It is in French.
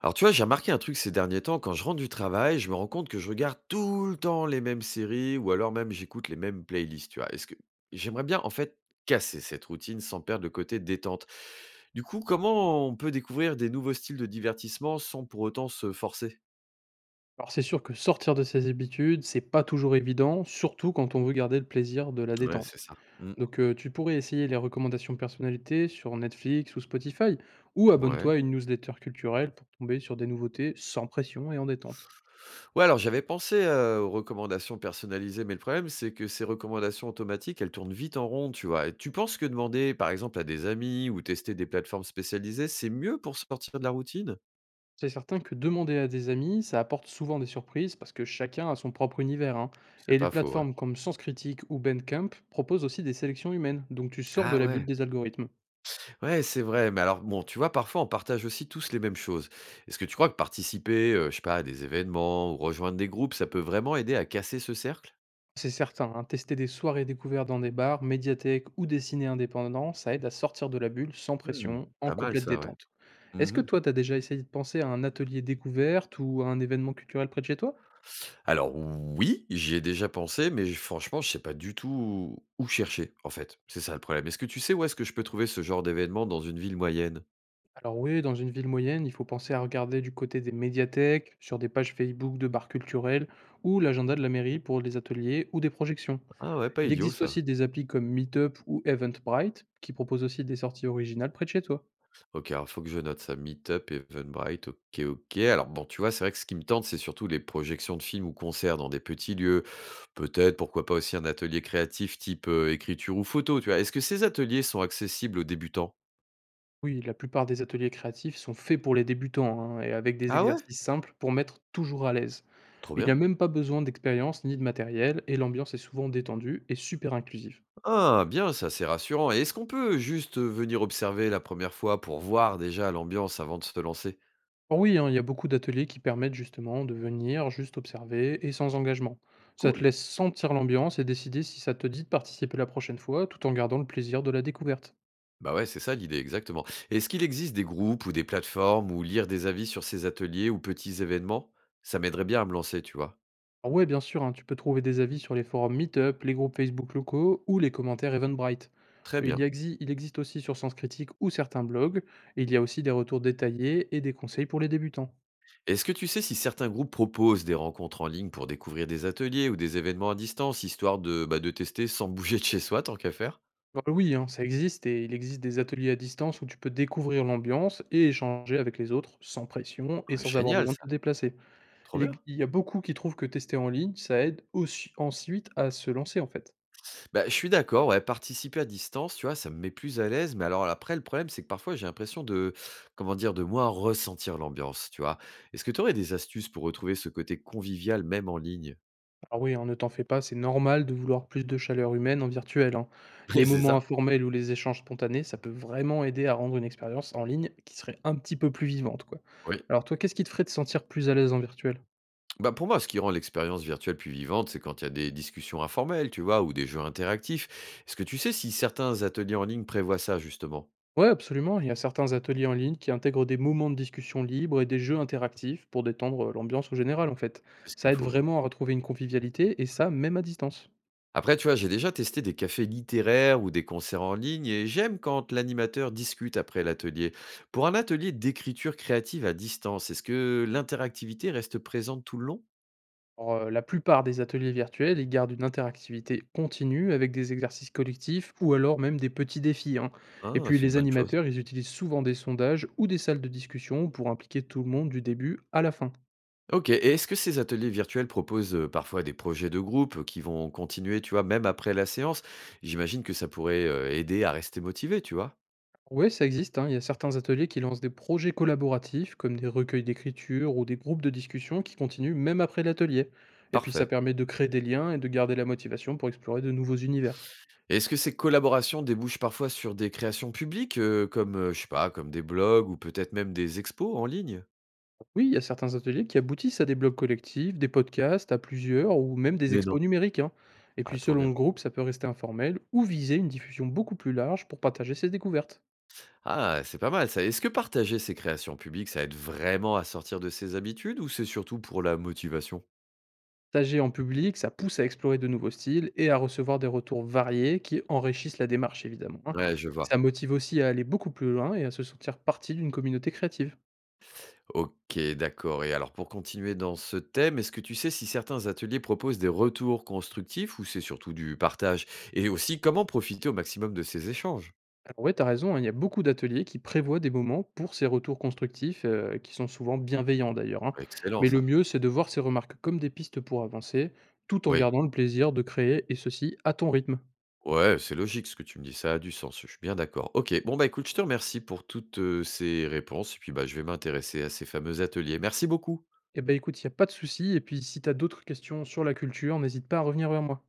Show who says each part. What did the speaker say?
Speaker 1: Alors tu vois, j'ai remarqué un truc ces derniers temps, quand je rentre du travail, je me rends compte que je regarde tout le temps les mêmes séries ou alors même j'écoute les mêmes playlists, tu vois. Est-ce que j'aimerais bien en fait casser cette routine sans perdre le côté détente. Du coup, comment on peut découvrir des nouveaux styles de divertissement sans pour autant se forcer.
Speaker 2: Alors c'est sûr que sortir de ses habitudes, c'est pas toujours évident, surtout quand on veut garder le plaisir de la
Speaker 1: Ouais, c'est
Speaker 2: détente.
Speaker 1: ça. Mm.
Speaker 2: Donc tu pourrais essayer les recommandations personnalisées sur Netflix ou Spotify, ou
Speaker 1: Ouais.
Speaker 2: abonne-toi à une newsletter culturelle pour tomber sur des nouveautés sans pression et en détente.
Speaker 1: Ouais, alors j'avais pensé, aux recommandations personnalisées, mais le problème, c'est que ces recommandations automatiques, elles tournent vite en rond, tu vois? Et tu penses que demander, par exemple, à des amis ou tester des plateformes spécialisées, c'est mieux pour sortir de la routine?
Speaker 2: C'est certain que demander à des amis, ça apporte souvent des surprises parce que chacun a son propre univers, hein.
Speaker 1: C'est
Speaker 2: Et les
Speaker 1: pas faux, ouais.
Speaker 2: plateformes comme Sens Critique ou Bandcamp proposent aussi des sélections humaines, donc tu sors de
Speaker 1: Ah
Speaker 2: la bulle
Speaker 1: ouais.
Speaker 2: des algorithmes.
Speaker 1: Ouais, c'est vrai, mais alors bon, tu vois, parfois, on partage aussi tous les mêmes choses. Est-ce que tu crois que participer, je sais pas, à des événements ou rejoindre des groupes, ça peut vraiment aider à casser ce cercle?
Speaker 2: C'est certain, hein, tester des soirées découvertes dans des bars, médiathèques ou des ciné indépendants, ça aide à sortir de la bulle sans
Speaker 1: Mmh,
Speaker 2: pression, en
Speaker 1: pas mal
Speaker 2: complète
Speaker 1: ça, ouais.
Speaker 2: détente. Est-ce que
Speaker 1: Mmh.
Speaker 2: toi, t'as déjà essayé de penser à un atelier découverte ou à un événement culturel près de chez toi?
Speaker 1: Alors oui, j'y ai déjà pensé, mais j franchement, je sais pas du tout où chercher, en fait. C'est ça le problème. Est-ce que tu sais où est-ce que je peux trouver ce genre d'événement dans une ville moyenne?
Speaker 2: Alors oui, dans une ville moyenne, il faut penser à regarder du côté des médiathèques, sur des pages Facebook de bars culturels ou l'agenda de la mairie pour les ateliers ou des projections.
Speaker 1: Ah ouais, pas
Speaker 2: Il
Speaker 1: idiot
Speaker 2: existe
Speaker 1: ça.
Speaker 2: aussi des applis comme Meetup ou Eventbrite qui proposent aussi des sorties originales près de chez toi.
Speaker 1: OK, alors faut que je note ça. Meetup, Eventbrite, OK, OK. Alors bon, tu vois, c'est vrai que ce qui me tente, c'est surtout les projections de films ou concerts dans des petits lieux. Peut-être, pourquoi pas aussi un atelier créatif type, écriture ou photo, tu vois? Est-ce que ces ateliers sont accessibles aux débutants?
Speaker 2: Oui, la plupart des ateliers créatifs sont faits pour les débutants, hein, et avec des
Speaker 1: Ah ouais?
Speaker 2: exercices simples pour mettre toujours à l'aise.
Speaker 1: Trop
Speaker 2: Il n'y a
Speaker 1: bien.
Speaker 2: même pas besoin d'expérience ni de matériel, et l'ambiance est souvent détendue et super inclusive.
Speaker 1: Ah, bien, c'est assez rassurant. Et est-ce qu'on peut juste venir observer la première fois pour voir déjà l'ambiance avant de se lancer?
Speaker 2: Alors oui, hein, il y a beaucoup d'ateliers qui permettent justement de venir juste observer et sans engagement. Ça te
Speaker 1: Cool.
Speaker 2: laisse sentir l'ambiance et décider si ça te dit de participer la prochaine fois tout en gardant le plaisir de la découverte.
Speaker 1: Bah ouais, c'est ça l'idée, exactement. Est-ce qu'il existe des groupes ou des plateformes où lire des avis sur ces ateliers ou petits événements? Ça m'aiderait bien à me lancer, tu vois.
Speaker 2: Alors ouais, bien sûr, hein, tu peux trouver des avis sur les forums Meetup, les groupes Facebook locaux ou les commentaires Eventbrite.
Speaker 1: Très bien.
Speaker 2: Il existe aussi sur Sens Critique ou certains blogs, et il y a aussi des retours détaillés et des conseils pour les débutants.
Speaker 1: Est-ce que tu sais si certains groupes proposent des rencontres en ligne pour découvrir des ateliers ou des événements à distance, histoire de, bah, de tester sans bouger de chez soi, tant qu'à faire?
Speaker 2: Alors oui, hein, ça existe, et il existe des ateliers à distance où tu peux découvrir l'ambiance et échanger avec les autres sans pression et
Speaker 1: Ah,
Speaker 2: sans avoir
Speaker 1: génial,
Speaker 2: besoin de
Speaker 1: ça.
Speaker 2: te déplacer.
Speaker 1: Trop bien.
Speaker 2: Il y a beaucoup qui trouvent que tester en ligne, ça aide aussi ensuite à se lancer en fait.
Speaker 1: Bah, je suis d'accord, ouais, participer à distance, tu vois, ça me met plus à l'aise, mais alors après, le problème, c'est que parfois, j'ai l'impression de, comment dire, de moins ressentir l'ambiance, tu vois. Est-ce que tu aurais des astuces pour retrouver ce côté convivial, même en ligne?
Speaker 2: Ah oui, hein, ne t'en fais pas, c'est normal de vouloir plus de chaleur humaine en virtuel, hein. Les
Speaker 1: Ouais, c'est
Speaker 2: moments
Speaker 1: ça?
Speaker 2: informels ou les échanges spontanés, ça peut vraiment aider à rendre une expérience en ligne qui serait un petit peu plus vivante, quoi.
Speaker 1: Oui.
Speaker 2: Alors toi, qu'est-ce qui te ferait te sentir plus à l'aise en virtuel?
Speaker 1: Bah, pour moi, ce qui rend l'expérience virtuelle plus vivante, c'est quand il y a des discussions informelles, tu vois, ou des jeux interactifs. Est-ce que tu sais si certains ateliers en ligne prévoient ça, justement?
Speaker 2: Ouais, absolument, il y a certains ateliers en ligne qui intègrent des moments de discussion libre et des jeux interactifs pour détendre l'ambiance au général, en fait.
Speaker 1: C'est ce qu'il
Speaker 2: Ça
Speaker 1: me
Speaker 2: aide
Speaker 1: faut, ouais.
Speaker 2: vraiment à retrouver une convivialité, et ça, même à distance.
Speaker 1: Après, tu vois, j'ai déjà testé des cafés littéraires ou des concerts en ligne et j'aime quand l'animateur discute après l'atelier. Pour un atelier d'écriture créative à distance, est-ce que l'interactivité reste présente tout le long?
Speaker 2: La plupart des ateliers virtuels, ils gardent une interactivité continue avec des exercices collectifs ou alors même des petits défis, hein. Et
Speaker 1: Ah,
Speaker 2: puis
Speaker 1: c'est une
Speaker 2: les
Speaker 1: bonne chose.
Speaker 2: animateurs, ils utilisent souvent des sondages ou des salles de discussion pour impliquer tout le monde du début à la fin.
Speaker 1: Ok, et est-ce que ces ateliers virtuels proposent parfois des projets de groupe qui vont continuer, tu vois, même après la séance? J'imagine que ça pourrait aider à rester motivé, tu vois.
Speaker 2: Oui, ça existe, hein, il y a certains ateliers qui lancent des projets collaboratifs comme des recueils d'écriture ou des groupes de discussion qui continuent même après l'atelier. Et puis ça
Speaker 1: Parfait.
Speaker 2: permet de créer des liens et de garder la motivation pour explorer de nouveaux univers.
Speaker 1: Et est-ce que ces collaborations débouchent parfois sur des créations publiques, comme, je sais pas, comme des blogs ou peut-être même des expos en ligne?
Speaker 2: Oui, il y a certains ateliers qui aboutissent à des blogs collectifs, des podcasts à plusieurs ou même des
Speaker 1: Mais non.
Speaker 2: expos numériques, hein. Et
Speaker 1: Ah,
Speaker 2: puis
Speaker 1: trop
Speaker 2: selon
Speaker 1: bien.
Speaker 2: le groupe, ça peut rester informel ou viser une diffusion beaucoup plus large pour partager ses découvertes.
Speaker 1: Ah, c'est pas mal ça. Est-ce que partager ses créations publiques, ça aide vraiment à sortir de ses habitudes ou c'est surtout pour la motivation?
Speaker 2: Partager en public, ça pousse à explorer de nouveaux styles et à recevoir des retours variés qui enrichissent la démarche évidemment, hein.
Speaker 1: Ouais, je
Speaker 2: Ça
Speaker 1: vois.
Speaker 2: motive aussi à aller beaucoup plus loin et à se sentir partie d'une communauté créative.
Speaker 1: Ok, d'accord. Et alors, pour continuer dans ce thème, est-ce que tu sais si certains ateliers proposent des retours constructifs ou c'est surtout du partage? Et aussi, comment profiter au maximum de ces échanges?
Speaker 2: Alors ouais, t'as raison, hein, il y a beaucoup d'ateliers qui prévoient des moments pour ces retours constructifs, qui sont souvent bienveillants d'ailleurs, hein.
Speaker 1: Excellent
Speaker 2: Mais le
Speaker 1: ça.
Speaker 2: mieux, c'est de voir ces remarques comme des pistes pour avancer, tout en
Speaker 1: Oui.
Speaker 2: gardant le plaisir de créer, et ceci à ton rythme.
Speaker 1: Ouais, c'est logique ce que tu me dis, ça a du sens, je suis bien d'accord. Ok, bon bah écoute, je te remercie pour toutes ces réponses, et puis bah je vais m'intéresser à ces fameux ateliers. Merci beaucoup.
Speaker 2: Eh ben écoute, il n'y a pas de souci, et puis si t'as d'autres questions sur la culture, n'hésite pas à revenir vers moi.